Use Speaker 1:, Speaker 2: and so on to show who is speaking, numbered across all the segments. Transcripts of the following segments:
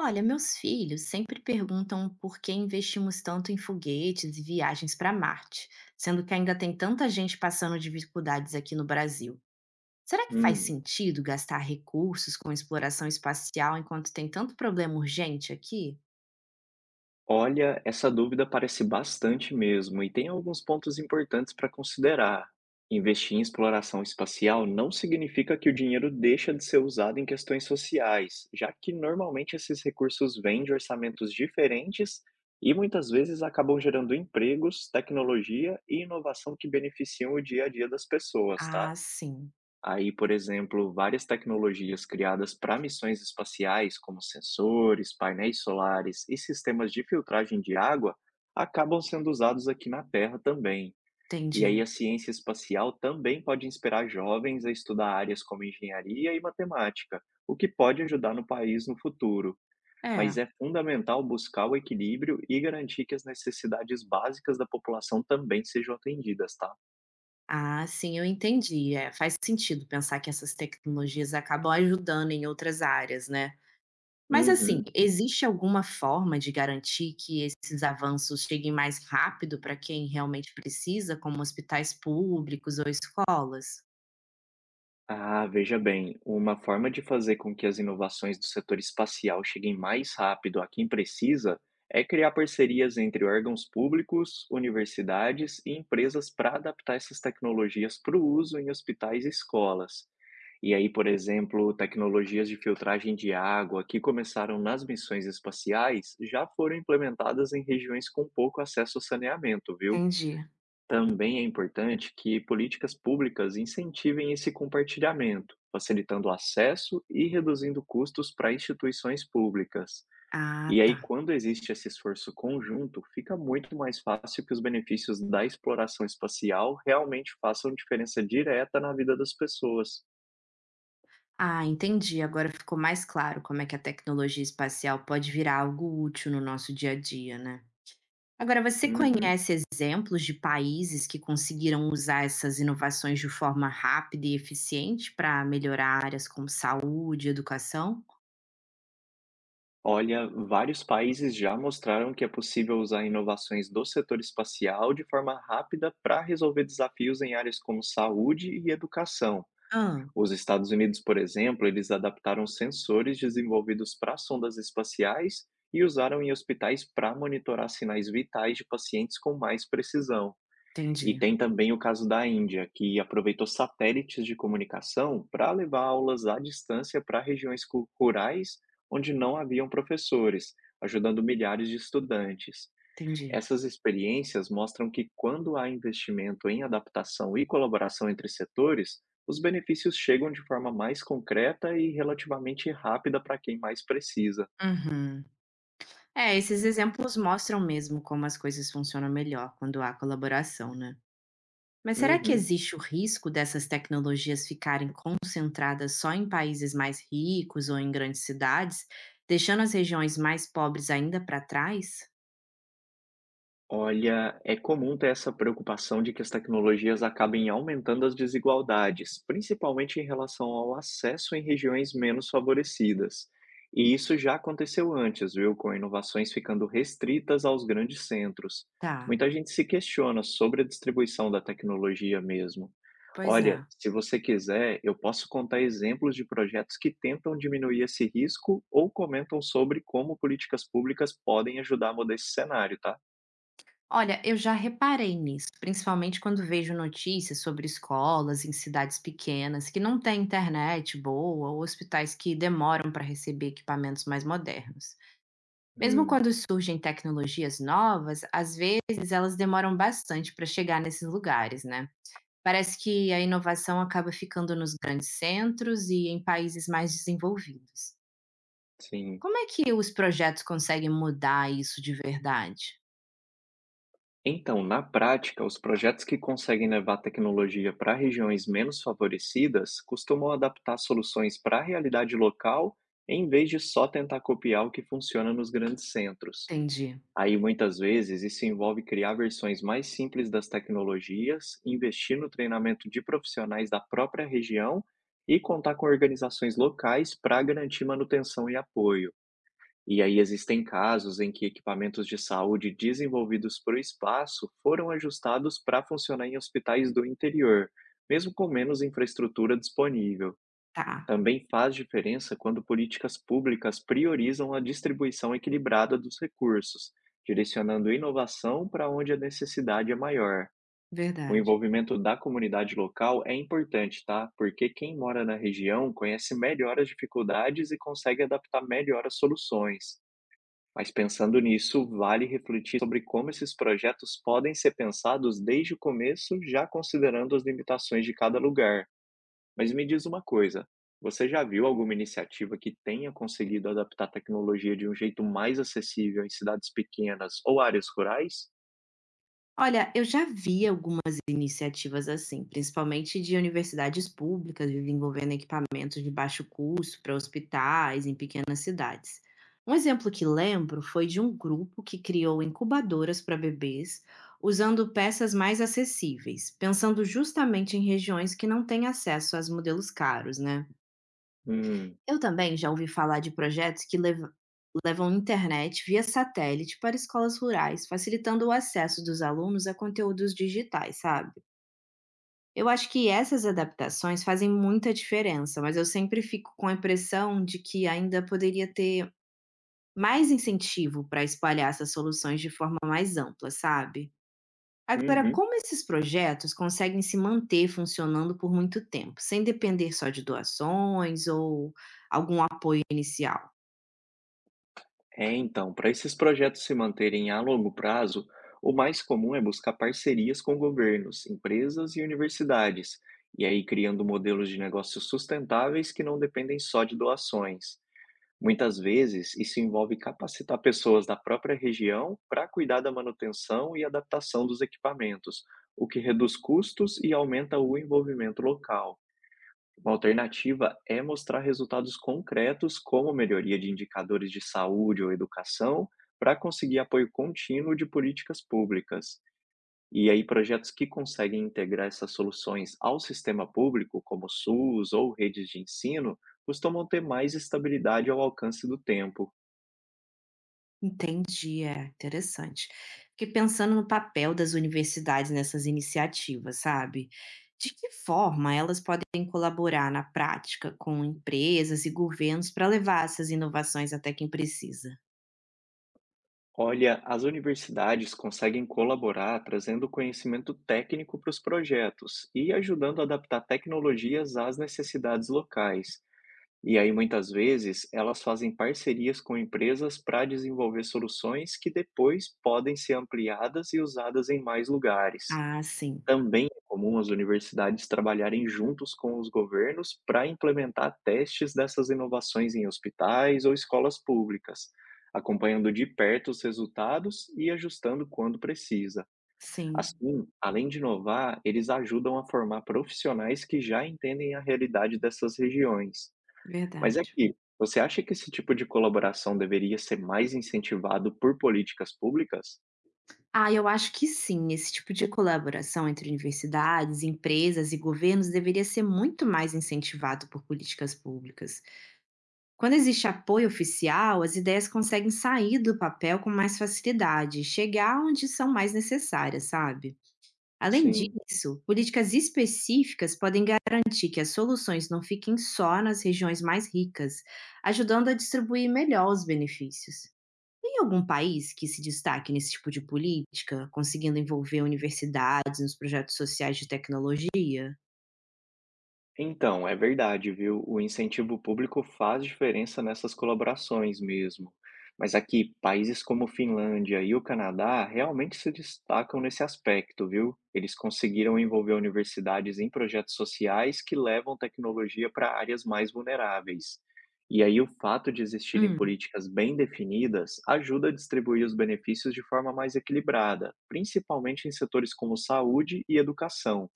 Speaker 1: Olha, meus filhos sempre perguntam por que investimos tanto em foguetes e viagens para Marte, sendo que ainda tem tanta gente passando dificuldades aqui no Brasil. Será que faz
Speaker 2: Hum,
Speaker 1: sentido gastar recursos com exploração espacial enquanto tem tanto problema urgente aqui?
Speaker 2: Olha, essa dúvida parece bastante mesmo, e tem alguns pontos importantes para considerar. Investir em exploração espacial não significa que o dinheiro deixa de ser usado em questões sociais, já que normalmente esses recursos vêm de orçamentos diferentes e muitas vezes acabam gerando empregos, tecnologia e inovação que beneficiam o dia a dia das pessoas, tá?
Speaker 1: Ah, sim,
Speaker 2: Aí, por exemplo, várias tecnologias criadas para missões espaciais, como sensores, painéis solares e sistemas de filtragem de água, acabam sendo usados aqui na Terra também. E
Speaker 1: entendi.
Speaker 2: aí a ciência espacial também pode inspirar jovens a estudar áreas como engenharia e matemática, o que pode ajudar no país no futuro.
Speaker 1: É.
Speaker 2: Mas é fundamental buscar o equilíbrio e garantir que as necessidades básicas da população também sejam atendidas, tá?
Speaker 1: Ah, sim, eu entendi. É, faz sentido pensar que essas tecnologias acabam ajudando em outras áreas, né? Mas assim,
Speaker 2: Uhum.
Speaker 1: existe alguma forma de garantir que esses avanços cheguem mais rápido para quem realmente precisa, como hospitais públicos ou escolas?
Speaker 2: Ah, veja bem, uma forma de fazer com que as inovações do setor espacial cheguem mais rápido a quem precisa é criar parcerias entre órgãos públicos, universidades e empresas para adaptar essas tecnologias para o uso em hospitais e escolas. E aí, por exemplo, tecnologias de filtragem de água que começaram nas missões espaciais já foram implementadas em regiões com pouco acesso ao saneamento, viu?
Speaker 1: Entendi.
Speaker 2: Também é importante que políticas públicas incentivem esse compartilhamento, facilitando o acesso e reduzindo custos para instituições públicas.
Speaker 1: Ah,
Speaker 2: E
Speaker 1: tá.
Speaker 2: aí, quando existe esse esforço conjunto, fica muito mais fácil que os benefícios da exploração espacial realmente façam diferença direta na vida das pessoas.
Speaker 1: Ah, entendi. Agora ficou mais claro como é que a tecnologia espacial pode virar algo útil no nosso dia a dia, né? Agora, você
Speaker 2: Uhum.
Speaker 1: conhece exemplos de países que conseguiram usar essas inovações de forma rápida e eficiente para melhorar áreas como saúde, educação?
Speaker 2: Olha, vários países já mostraram que é possível usar inovações do setor espacial de forma rápida para resolver desafios em áreas como saúde e educação.
Speaker 1: Ah,
Speaker 2: Os Estados Unidos, por exemplo, eles adaptaram sensores desenvolvidos para sondas espaciais e usaram em hospitais para monitorar sinais vitais de pacientes com mais precisão. E
Speaker 1: entendi,
Speaker 2: tem também o caso da Índia, que aproveitou satélites de comunicação para levar aulas à distância para regiões rurais onde não haviam professores, ajudando milhares de estudantes.
Speaker 1: entendi.
Speaker 2: Essas experiências mostram que, quando há investimento em adaptação e colaboração entre setores, os benefícios chegam de forma mais concreta e relativamente rápida para quem mais precisa.
Speaker 1: Uhum. É, esses exemplos mostram mesmo como as coisas funcionam melhor quando há colaboração, né? Mas será que
Speaker 2: Uhum.
Speaker 1: existe o risco dessas tecnologias ficarem concentradas só em países mais ricos ou em grandes cidades, deixando as regiões mais pobres ainda para trás?
Speaker 2: Olha, é comum ter essa preocupação de que as tecnologias acabem aumentando as desigualdades, principalmente em relação ao acesso em regiões menos favorecidas. E isso já aconteceu antes, viu, com inovações ficando restritas aos grandes centros.
Speaker 1: Tá,
Speaker 2: Muita gente se questiona sobre a distribuição da tecnologia mesmo.
Speaker 1: pois
Speaker 2: Olha,
Speaker 1: é.
Speaker 2: se você quiser, eu posso contar exemplos de projetos que tentam diminuir esse risco ou comentam sobre como políticas públicas podem ajudar a mudar esse cenário, tá?
Speaker 1: Olha, eu já reparei nisso, principalmente quando vejo notícias sobre escolas em cidades pequenas que não têm internet boa ou hospitais que demoram para receber equipamentos mais modernos. Mesmo
Speaker 2: Hum,
Speaker 1: quando surgem tecnologias novas, às vezes elas demoram bastante para chegar nesses lugares, né? Parece que a inovação acaba ficando nos grandes centros e em países mais desenvolvidos.
Speaker 2: sim.
Speaker 1: Como é que os projetos conseguem mudar isso de verdade?
Speaker 2: Então, na prática, os projetos que conseguem levar tecnologia para regiões menos favorecidas costumam adaptar soluções para a realidade local, em vez de só tentar copiar o que funciona nos grandes centros.
Speaker 1: Entendi.
Speaker 2: Aí, muitas vezes, isso envolve criar versões mais simples das tecnologias, investir no treinamento de profissionais da própria região e contar com organizações locais para garantir manutenção e apoio. E aí existem casos em que equipamentos de saúde desenvolvidos para o espaço foram ajustados para funcionar em hospitais do interior, mesmo com menos infraestrutura disponível.
Speaker 1: Tá,
Speaker 2: Também faz diferença quando políticas públicas priorizam a distribuição equilibrada dos recursos, direcionando inovação para onde a necessidade é maior. O
Speaker 1: verdade.
Speaker 2: envolvimento da comunidade local é importante, tá? Porque quem mora na região conhece melhor as dificuldades e consegue adaptar melhor as soluções. Mas pensando nisso, vale refletir sobre como esses projetos podem ser pensados desde o começo, já considerando as limitações de cada lugar. Mas me diz uma coisa, você já viu alguma iniciativa que tenha conseguido adaptar a tecnologia de um jeito mais acessível em cidades pequenas ou áreas rurais?
Speaker 1: Olha, eu já vi algumas iniciativas assim, principalmente de universidades públicas desenvolvendo equipamentos de baixo custo para hospitais em pequenas cidades. Um exemplo que lembro foi de um grupo que criou incubadoras para bebês usando peças mais acessíveis, pensando justamente em regiões que não têm acesso aos modelos caros, né?
Speaker 2: Hum,
Speaker 1: Eu também já ouvi falar de projetos que levam internet via satélite para escolas rurais, facilitando o acesso dos alunos a conteúdos digitais, sabe? Eu acho que essas adaptações fazem muita diferença, mas eu sempre fico com a impressão de que ainda poderia ter mais incentivo para espalhar essas soluções de forma mais ampla, sabe? Agora,
Speaker 2: uhum.
Speaker 1: como esses projetos conseguem se manter funcionando por muito tempo, sem depender só de doações ou algum apoio inicial?
Speaker 2: É, então, para esses projetos se manterem a longo prazo, o mais comum é buscar parcerias com governos, empresas e universidades, e aí criando modelos de negócios sustentáveis que não dependem só de doações. Muitas vezes, isso envolve capacitar pessoas da própria região para cuidar da manutenção e adaptação dos equipamentos, o que reduz custos e aumenta o envolvimento local. Uma alternativa é mostrar resultados concretos, como melhoria de indicadores de saúde ou educação, para conseguir apoio contínuo de políticas públicas. E aí, projetos que conseguem integrar essas soluções ao sistema público, como o SUS ou redes de ensino, costumam ter mais estabilidade ao alcance do tempo.
Speaker 1: Entendi, é interessante. Fiquei pensando no papel das universidades nessas iniciativas, sabe? De que forma elas podem colaborar na prática com empresas e governos para levar essas inovações até quem precisa?
Speaker 2: Olha, as universidades conseguem colaborar trazendo conhecimento técnico para os projetos e ajudando a adaptar tecnologias às necessidades locais. E aí, muitas vezes, elas fazem parcerias com empresas para desenvolver soluções que depois podem ser ampliadas e usadas em mais lugares.
Speaker 1: Ah, sim,
Speaker 2: Também é comum as universidades trabalharem juntos com os governos para implementar testes dessas inovações em hospitais ou escolas públicas, acompanhando de perto os resultados e ajustando quando precisa.
Speaker 1: sim,
Speaker 2: Assim, além de inovar, eles ajudam a formar profissionais que já entendem a realidade dessas regiões. Mas
Speaker 1: verdade.
Speaker 2: aqui, você acha que esse tipo de colaboração deveria ser mais incentivado por políticas públicas?
Speaker 1: Ah, eu acho que sim. Esse tipo de colaboração entre universidades, empresas e governos deveria ser muito mais incentivado por políticas públicas. Quando existe apoio oficial, as ideias conseguem sair do papel com mais facilidade e chegar onde são mais necessárias, sabe? Além
Speaker 2: Sim.
Speaker 1: disso, políticas específicas podem garantir que as soluções não fiquem só nas regiões mais ricas, ajudando a distribuir melhor os benefícios. Tem algum país que se destaque nesse tipo de política, conseguindo envolver universidades nos projetos sociais de tecnologia?
Speaker 2: Então, é verdade, viu? O incentivo público faz diferença nessas colaborações mesmo. Mas aqui, países como Finlândia e o Canadá realmente se destacam nesse aspecto, viu? Eles conseguiram envolver universidades em projetos sociais que levam tecnologia para áreas mais vulneráveis. E aí, o fato de existirem
Speaker 1: Hum,
Speaker 2: políticas bem definidas ajuda a distribuir os benefícios de forma mais equilibrada, principalmente em setores como saúde e educação.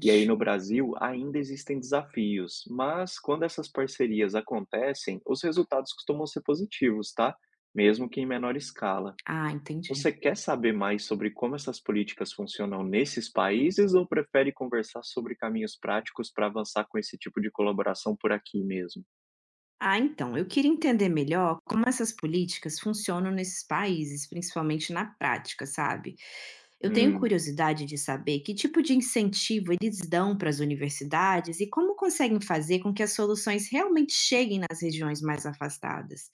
Speaker 2: E aí, no Brasil, ainda existem desafios, mas quando essas parcerias acontecem, os resultados costumam ser positivos, tá? Mesmo que em menor escala.
Speaker 1: Ah, entendi.
Speaker 2: Você quer saber mais sobre como essas políticas funcionam nesses países ou prefere conversar sobre caminhos práticos para avançar com esse tipo de colaboração por aqui mesmo?
Speaker 1: Ah, então, eu queria entender melhor como essas políticas funcionam nesses países, principalmente na prática, sabe? Eu tenho
Speaker 2: Hum.
Speaker 1: curiosidade de saber que tipo de incentivo eles dão para as universidades e como conseguem fazer com que as soluções realmente cheguem nas regiões mais afastadas.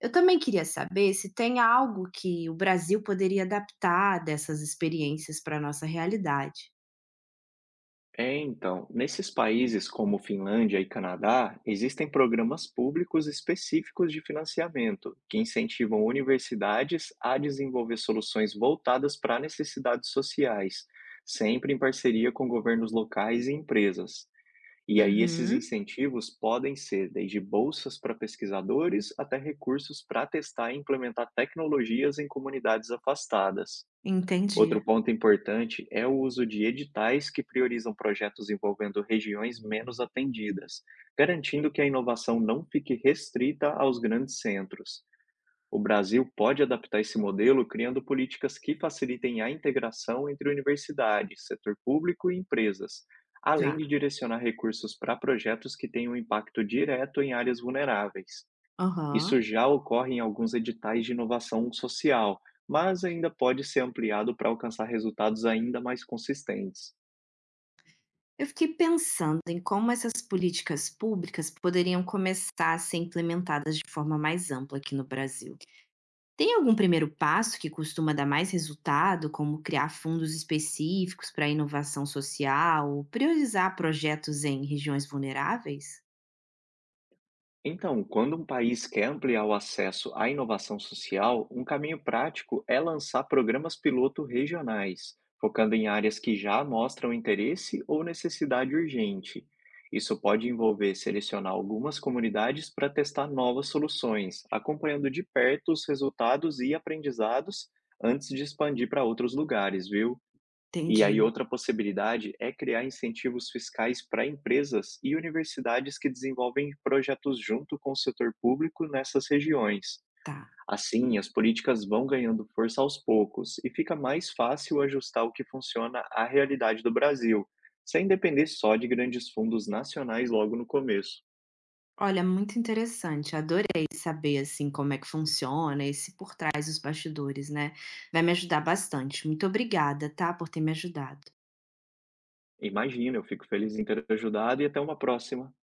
Speaker 1: Eu também queria saber se tem algo que o Brasil poderia adaptar dessas experiências para a nossa realidade.
Speaker 2: É, então, nesses países como Finlândia e Canadá, existem programas públicos específicos de financiamento que incentivam universidades a desenvolver soluções voltadas para necessidades sociais, sempre em parceria com governos locais e empresas. E aí, esses
Speaker 1: Uhum,
Speaker 2: incentivos podem ser desde bolsas para pesquisadores até recursos para testar e implementar tecnologias em comunidades afastadas.
Speaker 1: entendi.
Speaker 2: Outro ponto importante é o uso de editais que priorizam projetos envolvendo regiões menos atendidas, garantindo que a inovação não fique restrita aos grandes centros. O Brasil pode adaptar esse modelo criando políticas que facilitem a integração entre universidades, setor público e empresas, além
Speaker 1: Tá.
Speaker 2: de direcionar recursos para projetos que tenham impacto direto em áreas vulneráveis. Isso
Speaker 1: Aham.
Speaker 2: já ocorre em alguns editais de inovação social, mas ainda pode ser ampliado para alcançar resultados ainda mais consistentes.
Speaker 1: Eu fiquei pensando em como essas políticas públicas poderiam começar a ser implementadas de forma mais ampla aqui no Brasil. Tem algum primeiro passo que costuma dar mais resultado, como criar fundos específicos para inovação social ou priorizar projetos em regiões vulneráveis?
Speaker 2: Então, quando um país quer ampliar o acesso à inovação social, um caminho prático é lançar programas piloto regionais, focando em áreas que já mostram interesse ou necessidade urgente. Isso pode envolver selecionar algumas comunidades para testar novas soluções, acompanhando de perto os resultados e aprendizados antes de expandir para outros lugares, viu? E aí,
Speaker 1: Entendi,
Speaker 2: outra possibilidade é criar incentivos fiscais para empresas e universidades que desenvolvem projetos junto com o setor público nessas regiões.
Speaker 1: tá.
Speaker 2: Assim, as políticas vão ganhando força aos poucos e fica mais fácil ajustar o que funciona à realidade do Brasil, sem depender só de grandes fundos nacionais logo no começo.
Speaker 1: Olha, muito interessante. Adorei saber assim como é que funciona esse por trás dos bastidores, né? Vai me ajudar bastante. Muito obrigada, tá, por ter me ajudado.
Speaker 2: Imagina, eu fico feliz em ter ajudado e até uma próxima.